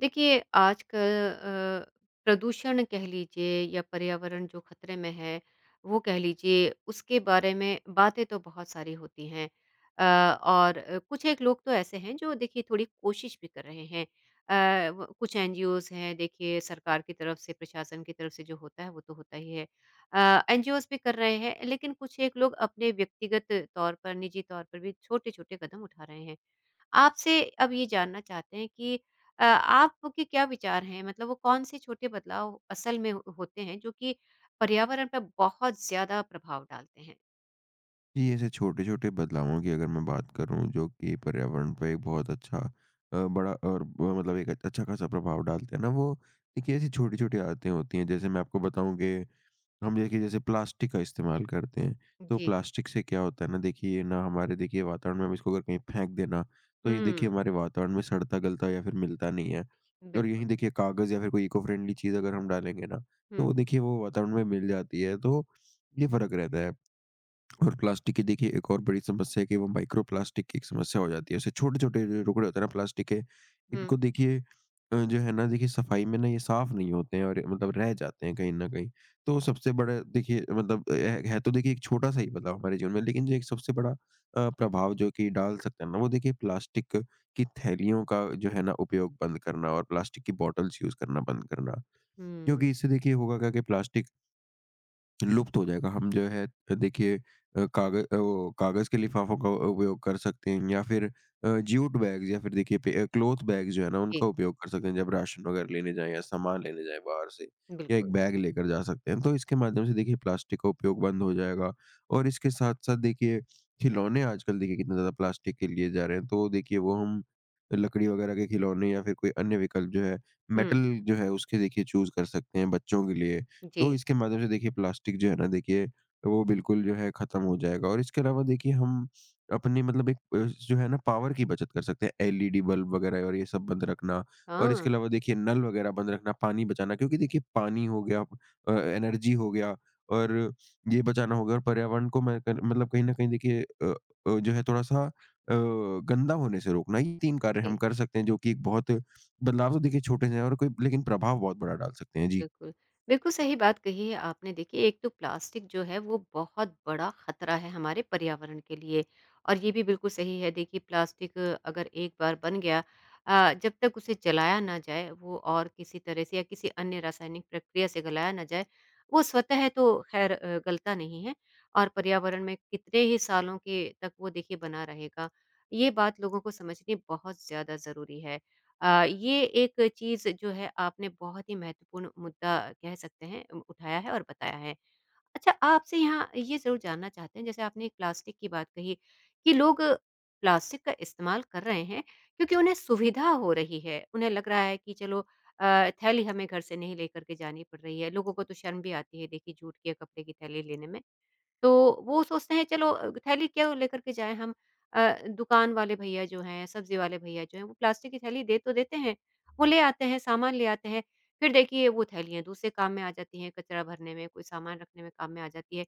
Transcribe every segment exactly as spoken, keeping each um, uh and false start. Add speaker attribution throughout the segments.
Speaker 1: देखिए आजकल अ, प्रदूषण कह लीजिए या पर्यावरण जो खतरे में है वो कह लीजिए उसके बारे में बातें तो बहुत सारी होती हैं अ, और अ, कुछ एक लोग तो ऐसे हैं जो देखिए थोड़ी कोशिश भी कर रहे हैं अ, वो- कुछ एनजीओज हैं। देखिए सरकार की तरफ से प्रशासन की तरफ से जो होता है वो तो होता ही है। एनजीओज भी कर रहे हैं लेकिन कुछ एक लोग अपने व्यक्तिगत तौर पर निजी तौर पर भी छोटे छोटे कदम उठा रहे हैं। आपसे अब ये जानना चाहते हैं कि अ, आपके क्या विचार हैं? मतलब वो कौन-से छोटे बदलाव असल में हो होते हैं जो कि पर्यावरण पे बहुत ज़्यादा प्रभाव डालते हैं?
Speaker 2: जी, ऐसे छोटे-छोटे बदलावों की अगर मैं बात करूँ जो कि पर्यावरण पे एक बहुत अच्छा अ, बड़ा और ब मतलब एक अच्छा खासा प्रभाव डालते हैं ना, वो देखिए ऐसी छोटी-छोटी आदतें होती हैं। जैसे मैं आपको बताऊँ कि हम देखिए जैसे प्लास्टिक का इस्तेमाल करते हैं, तो
Speaker 1: जी।
Speaker 2: प्लास्टिक से क्या होता है ना, देखिए ये ना हमारे, देखिए वातावरण में हम इसको अगर कहीं फेंक देना, तो ये देखिए
Speaker 1: हुँ,
Speaker 2: हमारे वातावरण में सड़ता-गलता या फिर मिलता नहीं है। और यहीं
Speaker 1: बिल्कुल।
Speaker 2: देखिए कागज़ या फिर कोई इको फ्रेंडली चीज़ अगर हम डालेंगे ना, तो
Speaker 1: हुँ,
Speaker 2: वो देखिए वो वातावरण में मिल जाती है, तो ये फ़र्क रहता है। और प्लास्टिक की देखिए एक और बड़ी समस्या है कि वो माइक्रो प्लास्टिक की एक समस्या हो जाती है। उससे छोटे-छोटे जो टुकड़े होते हैं ना प्लास्टिक के,
Speaker 1: हुँ,
Speaker 2: इनको देखिए अ, जो है ना, देखिए सफाई में ना ये साफ नहीं होते हैं और मतलब रह जाते हैं कहीं न कहीं। तो सबसे बड़ा देखिए मतलब, अ, है है तो देखिए एक छोटा-सा ही बदलाव हमारे जीवन में, लेकिन जो एक सबसे बड़ा अ, प्रभाव जो कि डाल सकते हैं ना वो देखिए प्लास्टिक की थैलियों का जो है ना उपयोग बंद करना और प्लास्टिक की बॉटल्स यूज़ करना बंद करना।
Speaker 1: हुँ।
Speaker 2: क्योंकि इससे देखिए होगा क्या कि प्लास्टिक लुप्त हो जाएगा। हम जो है देखिए अ, काग अ, वो कागज़ के लिफाफों का उपयोग कर सकते हैं या फिर अ, जूट बैग्स या फिर देखिए पे क्लॉथ बैग्स जो है ना उनका
Speaker 1: जी,
Speaker 2: उपयोग कर सकते हैं जब राशन वगैरह लेने जाएँ या सामान लेने जाएँ बाहर से, या एक
Speaker 1: बिल्कुल।
Speaker 2: बैग लेकर जा सकते हैं। तो इसके माध्यम से देखिए प्लास्टिक का उपयोग बंद हो जाएगा और इसके साथ-साथ देखिए खिलौने आजकल देखिए कितने ज़्यादा प्लास्टिक के लिए जा रहे हैं। तो देखिए वो हम लकड़ी वगैरह के खिलौने या फिर कोई अन्य विकल्प जो है
Speaker 1: हुँ,
Speaker 2: मेटल जो है उसके देखिए चूज़ कर सकते हैं बच्चों के लिए। तो
Speaker 1: जी।
Speaker 2: इसके माध्यम से देखिए प्लास्टिक जो है ना देखिए वो बिल्कुल जो है खत्म हो जाएगा और इसके अलावा देखिए हम अपने मतलब एक अ, जो है ना पावर की बचत कर सकते हैं, एल ई डी बल्ब वगैरह और ये सब बंद रखना। और इसके
Speaker 1: हाँ,
Speaker 2: अलावा देखिए नल वगैरह बंद रखना, पानी बचाना, क्योंकि देखिए पानी हो गया, अ, एनर्जी हो गया और ये बचाना होगा और पर्यावरण को मैं कर- मतलब कहीं ना कहीं देखिए, अ, अ, जो है थोड़ा सा अ, गंदा होने से रोकना, ये तीन कार्य हम
Speaker 1: जी।
Speaker 2: कर सकते हैं जो कि एक बहुत बदलाव तो देखिए छोटे से हैं और कोई, लेकिन प्रभाव बहुत बड़ा डाल सकते हैं जी।
Speaker 1: बिल्कुल, बिल्कुल सही बात कही है आपने। देखिए, एक तो प्लास्टिक जो है वो बहुत बड़ा खतरा है हमारे पर्यावरण के लिए और ये भी बिल्कुल सही है। देखिए, प्लास्टिक अगर एक बार बन गया अ, जब तक उसे जलाया ना जाए वो और किसी तरह से या किसी अन्य रासायनिक प्रक्रिया से गलाया ना जाए, वो स्वतः तो ख़ैर अ, गलता नहीं है और पर्यावरण में कितने ही सालों के तक वो देखिए बना रहेगा। ये बात लोगों को समझनी बहुत ज़्यादा ज़रूरी है। अ, ये एक चीज़ जो है आपने बहुत ही महत्वपूर्ण मुद्दा कह सकते हैं उ उठाया है और बताया है। अच्छा, आपसे यहाँ ये ज़रूर जानना चाहते हैं जैसे आपने प्लास्टिक की बात कही कि लोग प्लास्टिक का इस्तेमाल कर रहे हैं क्योंकि उन्हें सुविधा हो रही है। उन्हें लग रहा है कि चलो अ, थैली हमें घर से नहीं लेकर के जानी पड़ रही है। लोगों को तो शर्म भी आती है देखिए जूट के कपड़े की थैली लेने में। तो वो सोचते हैं चलो अ, थैली क्यों लेकर के जाएँ हम। अ, दुकान वाले भैया जो हैं, सब्ज़ी वाले भैया जो हैं, वो प्लास्टिक की थैली दे तो देते हैं, वो ले आते हैं, सामान ले आते हैं। फिर देखिए वो थैलियाँ दूसरे काम में आ जाती हैं, कचरा भरने में, कोई सामान रखने में काम में आ जाती है।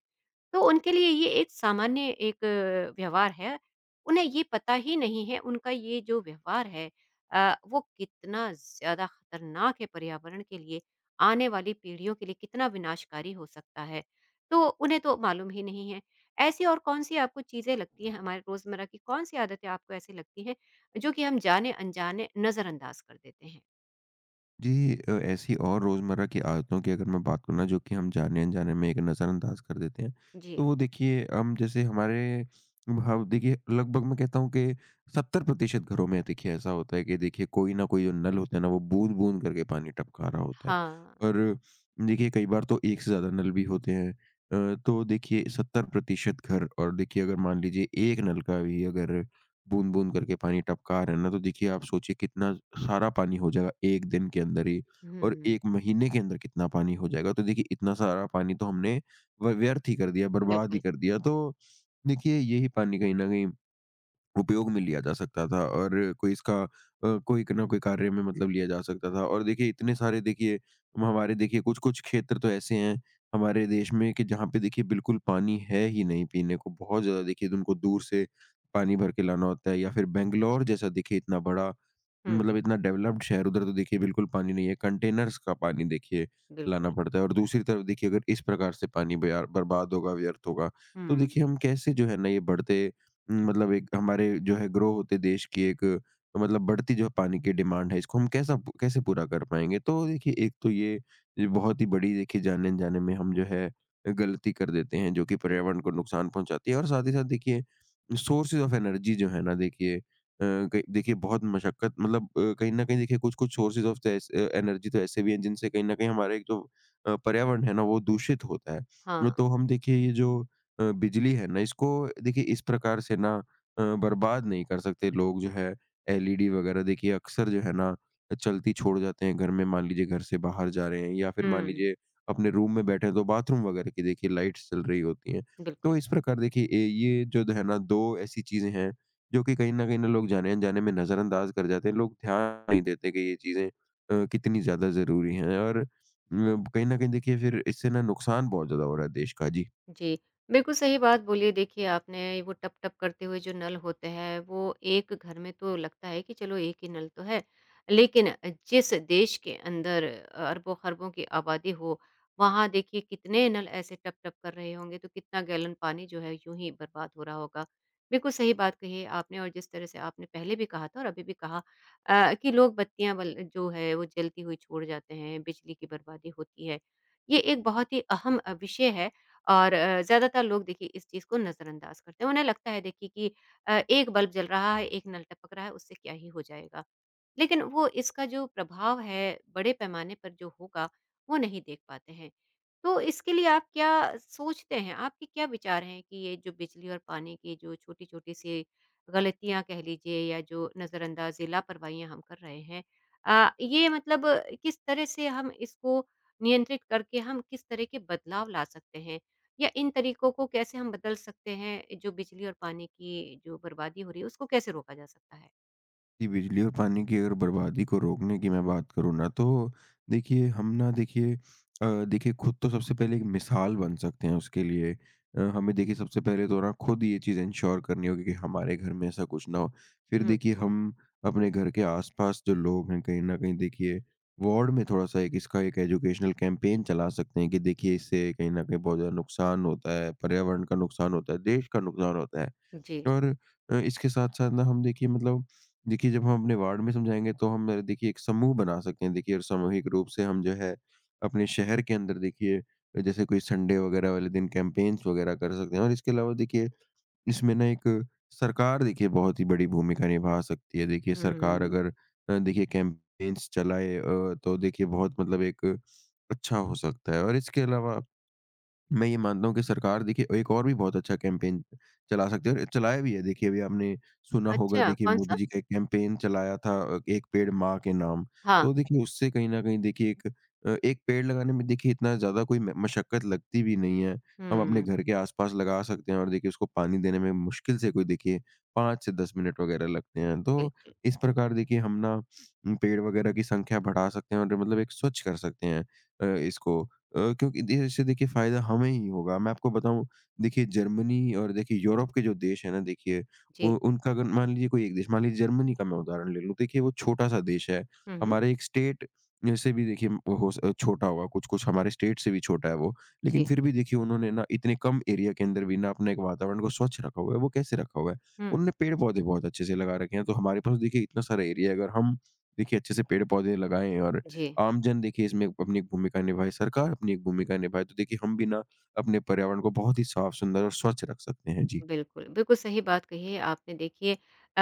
Speaker 1: तो उनके लिए ये एक सामान्य एक अ, व्यवहार है। उन्हें ये पता ही नहीं है उनका ये जो व्यवहार है अ, वो कितना ज़्यादा खतरनाक है पर्यावरण के लिए, आने वाली पीढ़ियों के लिए कितना विनाशकारी हो सकता है। तो उन्हें तो मालूम ही नहीं है। ऐसी और कौन-सी आपको चीज़ें लगती हैं? हमारे रोज़मर्रा की कौन-सी आदतें आपको ऐसी लगती हैं, जो कि हम जाने-अनजाने नज़रअंदाज कर देते हैं?
Speaker 2: जी, अ, ऐसी और रोज़मर्रा की आदतों की अगर मैं बात करूँ ना जो कि हम जाने-अनजाने में एक नज़रअंदाज़ कर देते हैं,
Speaker 1: जी।
Speaker 2: तो वो देखिए हम जैसे हमारे भाव देखिए लगभग मैं कहता हूँ कि सत्तर प्रतिशत घरों में देखिए ऐसा होता है कि देखिए कोई ना कोई जो नल होता है ना वो बूँद-बूँद करके पानी टपका रहा होता है।
Speaker 1: हाँ।
Speaker 2: और देखिए कई बार तो एक से ज़्यादा नल भी होते हैं। अ, तो देखिए सत्तर प्रतिशत घर, और देखिए अगर मान लीजिए एक नल का भी अगर बूँद-बूँद करके पानी टपका रहे हैं ना, तो देखिए आप सोचिए कितना सारा पानी हो जाएगा एक दिन के अंदर ही और
Speaker 1: हुँ,
Speaker 2: एक महीने के अंदर कितना पानी हो जाएगा। तो देखिए इतना सारा पानी तो हमने व व्यर्थ ही कर दिया, बर्बाद
Speaker 1: बिल्कुल।
Speaker 2: ही कर दिया। तो देखिए यही पानी कहीं न कहीं उपयोग में लिया जा सकता था और कोई इसका, अ, कोई क ना कोई कार्य में मतलब लिया जा सकता था, और देखिए इतने सारे देखिए हम हमारे देखिए कुछ-कुछ क्षेत्र तो ऐसे हैं हमारे देश में कि जहाँ पे देखिए बिल्कुल पानी है ही नहीं पीने को। बहुत ज़्यादा देखिए उनको दूर से पानी भर के लाना होता है, या फिर बैंगलोर जैसा देखिए इतना बड़ा,
Speaker 1: हुँ,
Speaker 2: मतलब इतना डेवलप्ड शहर, उधर तो देखिए बिल्कुल पानी नहीं है। कंटेनर्स का पानी देखिए लाना
Speaker 1: बिल्कुल।
Speaker 2: पड़ता है, और दूसरी तरफ देखिए अगर इस प्रकार से पानी बयार बर्बाद होगा, व्यर्थ होगा, तो
Speaker 1: हुँ,
Speaker 2: देखिए हम कैसे जो है ना ये बढ़ते, हम्म, मतलब एक हमारे जो है ग्रो होते देश की एक मतलब बढ़ती जो पानी की डिमांड है, इसको हम कैसा कैसे पूरा कर पाएँगे? तो देखिए एक तो ये ये बहुत ही बड़ी देखिए जाने-अनजाने में हम जो है गलती कर देते हैं जो कि
Speaker 1: जी।
Speaker 2: पर्यावरण को नुकसान पहुँचाती है। और साथ ही साथ देखिए सोर्सेज़ ऑफ एनर्जी जो है ना, देखिए अ, कई देखिए बहुत मशक्कत, मतलब अ, कहीं न कहीं देखिए कुछ-कुछ सोर्सेज़ ऑफ द एस अ, एनर्जी तो ऐसे भी हैं जिनसे कहीं न कहीं हमारा एक जो अ, पर्यावरण है ना वो दूषित होता है।
Speaker 1: हाँ।
Speaker 2: अ, तो हम देखिए ये जो अ, बिजली है ना, इसको देखिए इस प्रकार से ना अ, बर्बाद नहीं कर सकते, लोग जो है एल ई डी वगैरह देखिए अक्सर जो है ना चलती छोड़ जाते हैं घर में, मान लीजिए घर से बाहर जा रहे हैं या फिर मान
Speaker 1: हुँ।
Speaker 2: लीजिए अपने रूम में बैठे हैं तो बाथरूम वगैरह की देखिए लाइट्स चल रही होती हैं। तो
Speaker 1: बिल्कुल,
Speaker 2: इस प्रकार देखिए ए ये जो है ना दो ऐसी चीज़ें हैं जो कि कहीं न कहीं ना लोग जाने-अनजाने में नज़रअंदाज़ कर जाते हैं। लोग ध्यान नहीं देते कि ये चीज़ें अ, कितनी ज़्यादा ज़रूरी हैं, और अ, कहीं न कहीं देखिए फिर इससे ना नुकसान बहुत ज़्यादा हो रहा है देश का। जी।
Speaker 1: जी। बिल्कुल सही बात बोली है देखिए आपने, वो टप-टप करते हुए जो नल होते हैं, वो एक घर में तो लगता है कि चलो एक ही नल तो है। लेकिन जिस देश के अंदर अरबों-खरबों की आबादी हो, वहाँ देखिए कितने नल ऐसे टप-टप कर रहे होंगे, तो कितना गैलन पानी जो है यूँ ही बर्बाद हो रहा होगा। बिल्कुल सही बात कही है आपने और जिस तरह से आपने पहले भी कहा था और अभी भी कहा अ, कि लोग बत्तियाँ बल जो है वो जलती हुई छोड़ जाते हैं, बिजली की बर्बादी होती है। ये एक बहुत ही अहम अ, विषय है और अ, ज़्यादातर लोग देखिए इस चीज़ को नज़रअंदाज करते हैं। उन्हें लगता है देखिए कि अ, एक बल्ब जल रहा है, एक नल टपक रहा है, उससे क्या ही हो जाएगा। लेकिन वो इसका जो प्रभाव है बड़े पैमाने पर जो होगा वो नहीं देख पाते हैं। तो इसके लिए आप क्या सोचते हैं? आपके क्या विचार हैं कि ये जो बिजली और पानी की जो छोटी-छोटी सी गलतियाँ कह लीजिए या जो नज़रअंदाज़ी लापरवाहियाँ हम कर रहे हैं अ, ये मतलब किस तरह से हम इसको नियंत्रित करके हम किस तरह के बदलाव ला सकते हैं? या इन तरीकों को कैसे हम बदल सकते हैं? जो बिजली और पानी की जो बर्बादी हो रही है उसको कैसे रोका जा सकता है?
Speaker 2: जी, बिजली और पानी की अगर बर्बादी को रोकने की मैं बात करूँ ना, तो देखिए हम ना, देखिए अ, देखिए खुद तो सबसे पहले एक मिसाल बन सकते हैं उसके लिए। अ, हमें देखिए सबसे पहले तो ना खुद ये चीज़ इंश्योर करनी होगी कि हमारे घर में ऐसा कुछ ना हो। फिर
Speaker 1: हुँ,
Speaker 2: देखिए हम अपने घर के आस-पास जो लोग हैं, कहीं न कहीं देखिए वार्ड में थोड़ा-सा एक इसका एक एजुकेशनल कैंपेन चला सकते हैं कि देखिए इससे कहीं न कहीं बहुत ज़्यादा नुकसान होता है, पर्यावरण का नुकसान होता है, देश का नुकसान होता है।
Speaker 1: जी।
Speaker 2: और अ, इसके साथ-साथ ना हम देखिए मतलब, देखिए जब हम अपने वार्ड में समझाएँगे तो हम अ, देखिए एक समूह बना सकते हैं, देखिए और सामूहिक रूप से हम जो है अपने शहर के अंदर देखिए अ, जैसे कोई संडे वगैरह वाले दिन कैंपेन्स वगैरह कर सकते हैं। और इसके अलावा देखिए इसमें ना एक सरकार देखिए बहुत ही बड़ी भूमिका निभा सकती है। देखिए सरकार
Speaker 1: हुँ।
Speaker 2: अगर अ, देखिए कैंपेन्स चलाए, अ, तो देखिए बहुत मतलब एक अच्छा हो सकता है। और इसके अलावा मैं ये मानता हूँ कि सरकार देखिए एक और भी बहुत अच्छा कैंपेन चला सकती है, और चलाया भी है। देखिए अभी आपने सुना होगा
Speaker 1: अच्छा,
Speaker 2: देखिए मोदी
Speaker 1: कौन-सा?
Speaker 2: जी का एक कैंपेन चलाया था, अ, एक पेड़ माँ के नाम।
Speaker 1: हाँ।
Speaker 2: तो देखिए उससे कहीं न कहीं देखिए एक अ, एक पेड़ लगाने में देखिए इतना ज़्यादा कोई म मशक्कत लगती भी नहीं है। हम अपने
Speaker 1: हुँ,
Speaker 2: घर के आस-पास लगा सकते हैं और देखिए उसको पानी देने में मुश्किल से कोई देखिए पाँच से दस मिनट वग़ैरह लगते हैं। तो
Speaker 1: बिल्कुल।
Speaker 2: इस प्रकार देखिए हम ना उम, पेड़ वग़ैरह की संख्या बढ़ा सकते हैं, और मतलब एक स्वच्छ कर सकते हैं अ, इसको। अ, क्योंकि दे इससे देखिए फ़ायदा हमें ही होगा। मैं आपको बताऊँ, देखिए जर्मनी और देखिए यूरोप के जो देश हैं ना, देखिए
Speaker 1: जी।
Speaker 2: उ उनका अगर मान लीजिए कोई एक देश, मान लीजिए जर्मनी का मैं उदाहरण ले लूँ। देखिए वो छोटा-सा देश है।
Speaker 1: हुँ, हुँ।
Speaker 2: हमारे एक स्टेट से भी देखिए म- हो स छोटा होगा, कुछ-कुछ हमारे स्टेट से भी छोटा है वो। लेकिन
Speaker 1: जी।
Speaker 2: फिर भी देखिए उन्होंने ना इतने कम एरिया के अंदर भी ना अपने एक वातावरण को स्वच्छ रखा हुआ है। वो कैसे रखा हुआ है?
Speaker 1: हुँ,
Speaker 2: उन्होंने पेड़-पौधे बहुत अच्छे से लगा रखे हैं। तो हमारे पास देखिए इतना सारा एरिया है, अगर हम देखिए अच्छे से पेड़-पौधे लगाएँ और
Speaker 1: जी।
Speaker 2: आमजन देखिए इसमें अपनी एक भूमिका निभाए, सरकार अपनी एक भूमिका निभाए, तो देखिए हम भी ना अपने पर्यावरण को बहुत ही साफ, सुंदर और स्वच्छ रख सकते हैं। जी।
Speaker 1: बिल्कुल, बिल्कुल सही बात कही है आपने देखिए। अ,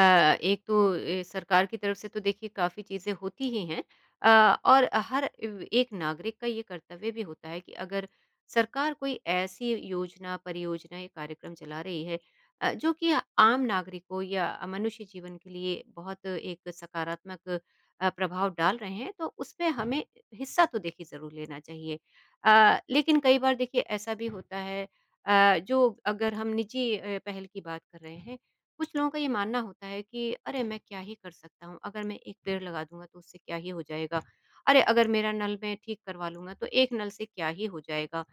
Speaker 1: एक तो अ, सरकार की तरफ से तो देखिए काफ़ी चीज़ें होती ही हैं अ, और हर व एक नागरिक का ये कर्तव्य भी होता है कि अगर सरकार कोई ऐसी योजना, परियोजना या कार्यक्रम चला रही है अ, जो कि आम नागरिकों या मनुष्य जीवन के लिए बहुत एक सकारात्मक अ, प्रभाव डाल रहे हैं, तो उसमें हमें हिस्सा तो देखिए ज़रूर लेना चाहिए। अ, लेकिन कई बार देखिए ऐसा भी होता है अ, जो अगर हम निजी अ, पहल की बात कर रहे हैं, कुछ लोगों का ये मानना होता है कि अरे! मैं क्या ही कर सकता हूँ, अगर मैं एक पेड़ लगा दूँगा तो उससे क्या ही हो जाएगा? अरे! अगर मेरा नल मैं ठीक करवा लूँगा तो एक नल से क्या ही हो जाएगा?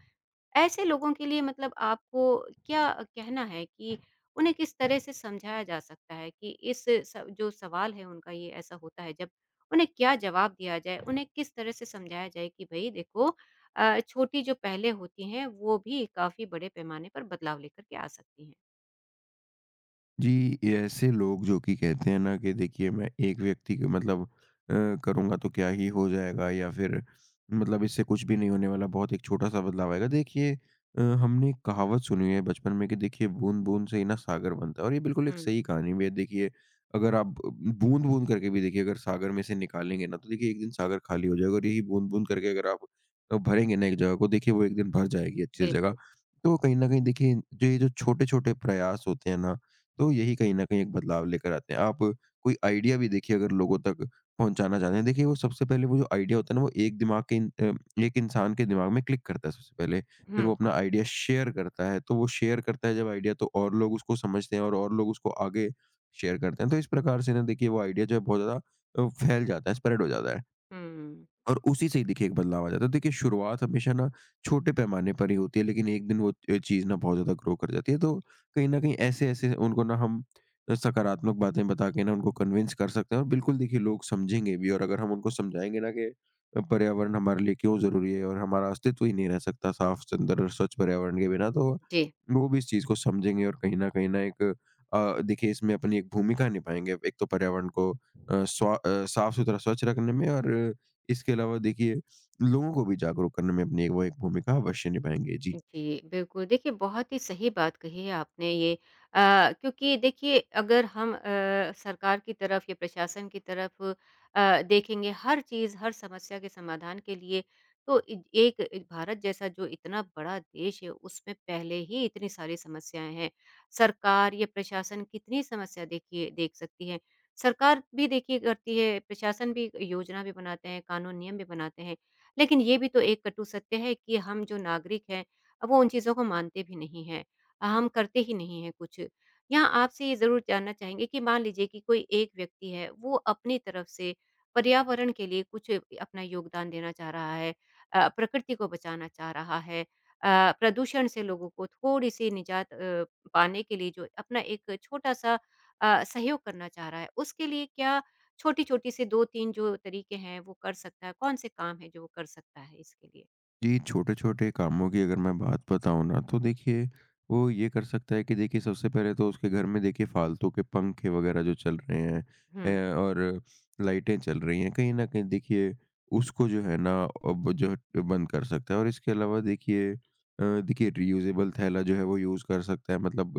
Speaker 1: ऐसे लोगों के लिए मतलब आपको क्या कहना है कि उन्हें किस तरह से समझाया जा सकता है कि इस स जो सवाल है उनका ये ऐसा होता है जब, उन्हें क्या जवाब दिया जाए? उन्हें किस तरह से समझाया जाए कि भई देखो अ, छोटी जो पहलें होती हैं वो भी काफ़ी बड़े पैमाने पर बदलाव लेकर के आ सकती हैं?
Speaker 2: जी, ये ऐसे लोग जो कि कहते हैं ना कि देखिए मैं एक व्यक्ति के मतलब, अ, करूँगा तो क्या ही हो जाएगा, या फिर मतलब इससे कुछ भी नहीं होने वाला, बहुत एक छोटा-सा बदलाव आएगा। देखिए अ, हमने एक कहावत सुनी है बचपन में कि देखिए बूँद-बूँद से ही ना सागर बनता है, और ये बिल्कुल एक
Speaker 1: हुँ,
Speaker 2: सही कहानी भी है। देखिए अगर आप बूँद-बूँद करके भी देखिए अगर सागर में से निकालेंगे ना, तो देखिए एक दिन सागर खाली हो जाएगा, और यही बूँद-बूँद करके अगर आप अ, भरेंगे ना एक जगह को, देखिए वो एक दिन भर जाएगी अच्छी
Speaker 1: बिल्कुल।
Speaker 2: जगह। तो कहीं न कहीं देखिए जो ये जो छोटे-छोटे प्रयास होते हैं ना, तो यही कहीं न कहीं एक बदलाव लेकर आते हैं। आप कोई आइडिया भी देखिए अगर लोगों तक पहुँचाना चाहते हैं, देखिए वो सबसे पहले, वो जो आइडिया होता है ना, वो एक दिमाग के इन अ, एक इंसान के दिमाग में क्लिक करता है सबसे पहले।
Speaker 1: हुँ,
Speaker 2: फिर वो अपना आइडिया शेयर करता है, तो वो शेयर करता है जब आइडिया, तो और लोग उसको समझते हैं और और लोग उसको आगे शेयर करते हैं। तो इस प्रकार से ना देखिए वो आइडिया जो है बहुत ज़्यादा अ, फैल जाता है, स्प्रेड हो जाता है।
Speaker 1: हुँ,
Speaker 2: और उसी से ही देखिए एक बदलाव आ जाता है। तो देखिए शुरुआत हमेशा ना छोटे पैमाने पर ही होती है, लेकिन एक दिन वो अ, चीज़ ना बहुत ज़्यादा ग्रो कर जाती है। तो कहीं न कहीं ऐसे-ऐसे उनको ना हम अ, सकारात्मक बातें बता के ना उनको कन्विंस कर सकते हैं, और बिल्कुल देखिए लोग समझेंगे भी, और अगर हम उनको समझाएँगे ना कि अ, पर्यावरण हमारे लिए क्यों ज़रूरी है और हमारा अस्तित्व ही नहीं रह सकता साफ, सुंदर और स्वच्छ पर्यावरण के बिना, तो
Speaker 1: जी।
Speaker 2: वो भी इस चीज़ को समझेंगे और कहीं न कहीं ना एक अ, देखिए इसमें अपनी एक भूमिका निभाएँगे। एक तो पर्यावरण को अ, स्वा अ, साफ-सुथरा स्वच्छ रखने में, और इसके अलावा देखिए, लोगों को भी जागरूक करने में अपनी एक वो एक भूमिका अवश्य निभाएँगे। जी।
Speaker 1: जी, बिल्कुल। देखिए, बहुत ही सही बात कही है आपने ये अ, क्योंकि देखिए अगर हम अ, सरकार की तरफ या प्रशासन की तरफ अ, देखेंगे हर चीज़, हर समस्या के समाधान के लिए तो इ एक एक भारत जैसा जो इतना बड़ा देश है, उसमें पहले ही इतनी सारी समस्याएँ हैं। सरकार या प्रशासन कितनी समस्या देखिए देख सकती है। सरकार भी देखिए करती है, प्रशासन भी योजना भी बनाते हैं, कानून नियम भी बनाते हैं। लेकिन ये भी तो एक कटु सत्य है कि हम जो नागरिक हैं अब वो उन चीज़ों को मानते भी नहीं हैं। अ, हम करते ही नहीं हैं कुछ। यहाँ आपसे ये ज़रूर जानना चाहेंगे कि मान लीजिए कि कोई एक व्यक्ति है, वो अपनी तरफ से पर्यावरण के लिए कुछ अपना योगदान देना चाह रहा है, अ, प्रकृति को बचाना चाह रहा है, अ, प्रदूषण से लोगों को थोड़ी-सी निजात अ, पाने के लिए जो अपना एक छोटा-सा अ, सहयोग करना चाह रहा है, उसके लिए क्या छोटी-छोटी से दो तीन जो तरीके हैं, वो कर सकता है? कौन से काम हैं जो वो कर सकता है इसके लिए?
Speaker 2: जी, छोटे-छोटे कामों की अगर मैं बात बताऊँ ना, तो देखिए, वो ये कर सकता है कि देखिए सबसे पहले तो उसके घर में देखिए फालतू के पंखे वगैरह जो चल रहे हैं
Speaker 1: हुँ।
Speaker 2: अ, और लाइटें चल रही हैं, कहीं न कहीं देखिए उसको जो है ना अब जो है बंद कर सकता है। और इसके अलावा देखिए अ, देखिए रियूज़ेबल थैला जो है वो यूज़ कर सकता है, मतलब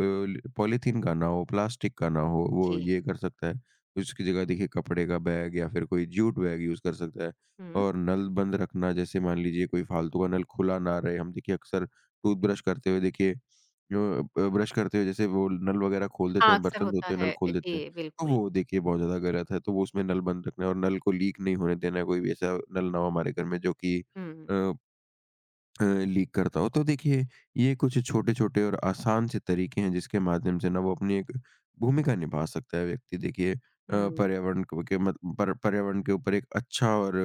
Speaker 2: अ, पॉलीथीन का ना हो, प्लास्टिक का ना हो, वो
Speaker 1: जी।
Speaker 2: ये कर सकता है। उसकी जगह देखिए कपड़े का बैग या फिर कोई जूट बैग यूज़ कर सकता है।
Speaker 1: हुँ।
Speaker 2: और नल बंद रखना, जैसे मान लीजिए कोई फालतू का नल खुला ना रहे। हम देखिए अक्सर टूथब्रश करते हुए देखिए, अ, ब ब्रश करते हुए जैसे वो नल वगैरह खोल देते
Speaker 1: हाँ,
Speaker 2: हैं,
Speaker 1: अक्सर
Speaker 2: बर्तन
Speaker 1: होता
Speaker 2: धोते हुए नल
Speaker 1: है।
Speaker 2: खोल देते हैं।
Speaker 1: जी,
Speaker 2: तो
Speaker 1: बिल्कुल।
Speaker 2: वो देखिए बहुत ज़्यादा गलत है, तो वो उसमें नल बंद रखना है और नल को लीक नहीं होने देना है, कोई भी ऐसा नल ना हो हमारे घर में जो कि
Speaker 1: हुँ,
Speaker 2: अ अ, लीक करता हो। तो देखिए, ये कुछ छोटे-छोटे और आसान से तरीके हैं जिसके माध्यम से ना वो अपनी एक भूमिका निभा सकता है व्यक्ति। देखिए अ,
Speaker 1: हुँ।
Speaker 2: पर्यावरण को के मत पर पर्यावरण के ऊपर एक अच्छा और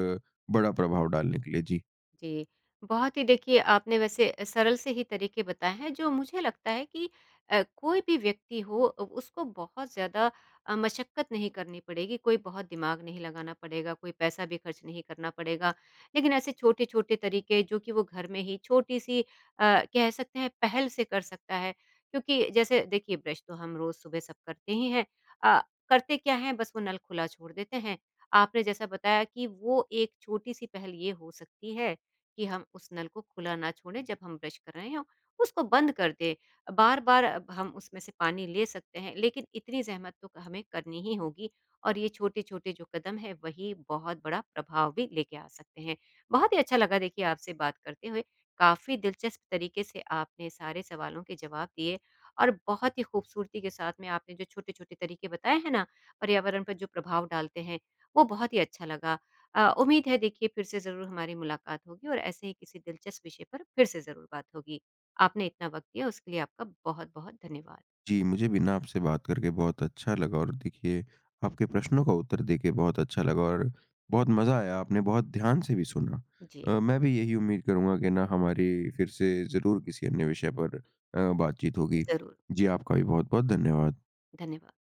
Speaker 2: बड़ा प्रभाव डालने के लिए। जी।
Speaker 1: जी, बहुत ही देखिए आपने वैसे सरल से ही तरीके बताए हैं जो मुझे लगता है कि अ, कोई भी व्यक्ति हो अ, उसको बहुत ज़्यादा अ, मशक्कत नहीं करनी पड़ेगी, कोई बहुत दिमाग नहीं लगाना पड़ेगा, कोई पैसा भी खर्च नहीं करना पड़ेगा। लेकिन ऐसे छोटे-छोटे तरीके जो कि वो घर में ही छोटी-सी अ, कह सकते हैं पहल से कर सकता है। क्योंकि जैसे देखिए ब्रश तो हम रोज़ सुबह सब करते ही हैं। अ, करते क्या हैं बस वो नल खुला छोड़ देते हैं। आपने जैसा बताया कि वो एक छोटी-सी पहल ये हो सकती है कि हम उस नल को खुला ना छोड़ें जब हम ब्रश कर रहे हों, उसको बंद कर दें। बार-बार अब हम उसमें से पानी ले सकते हैं, लेकिन इतनी ज़हमत तो हमें करनी ही होगी और ये छोटे-छोटे जो कदम हैं, वही बहुत बड़ा प्रभाव भी लेके आ सकते हैं। बहुत ही अच्छा लगा देखिए आपसे बात करते हुए। काफ़ी दिलचस्प तरीके से आपने सारे सवालों के जवाब दिए और बहुत ही खूबसूरती के साथ में आपने जो छोटे-छोटे तरीके बताए हैं ना, पर्यावरण पर जो प्रभाव डालते हैं, वो बहुत ही अच्छा लगा। अ, उम्मीद है देखिए फिर से ज़रूर हमारी मुलाकात होगी और ऐसे ही किसी दिलचस्प विषय पर फिर से ज़रूर बात होगी। आपने इतना वक़्त दिया उसके लिए आपका बहुत-बहुत धन्यवाद।
Speaker 2: जी, मुझे भी ना आपसे बात करके बहुत अच्छा लगा, और देखिए आपके प्रश्नों का उत्तर देके बहुत अच्छा लगा और बहुत मज़ा आया, आपने बहुत ध्यान से भी सुना।
Speaker 1: जी,
Speaker 2: अ, मैं भी यही उम्मीद करूँगा कि ना हमारी फिर से ज़रूर किसी अन्य विषय पर अ, बातचीत होगी।
Speaker 1: ज़रूर,
Speaker 2: जी, आपका भी बहुत-बहुत धन्यवाद।
Speaker 1: धन्यवाद।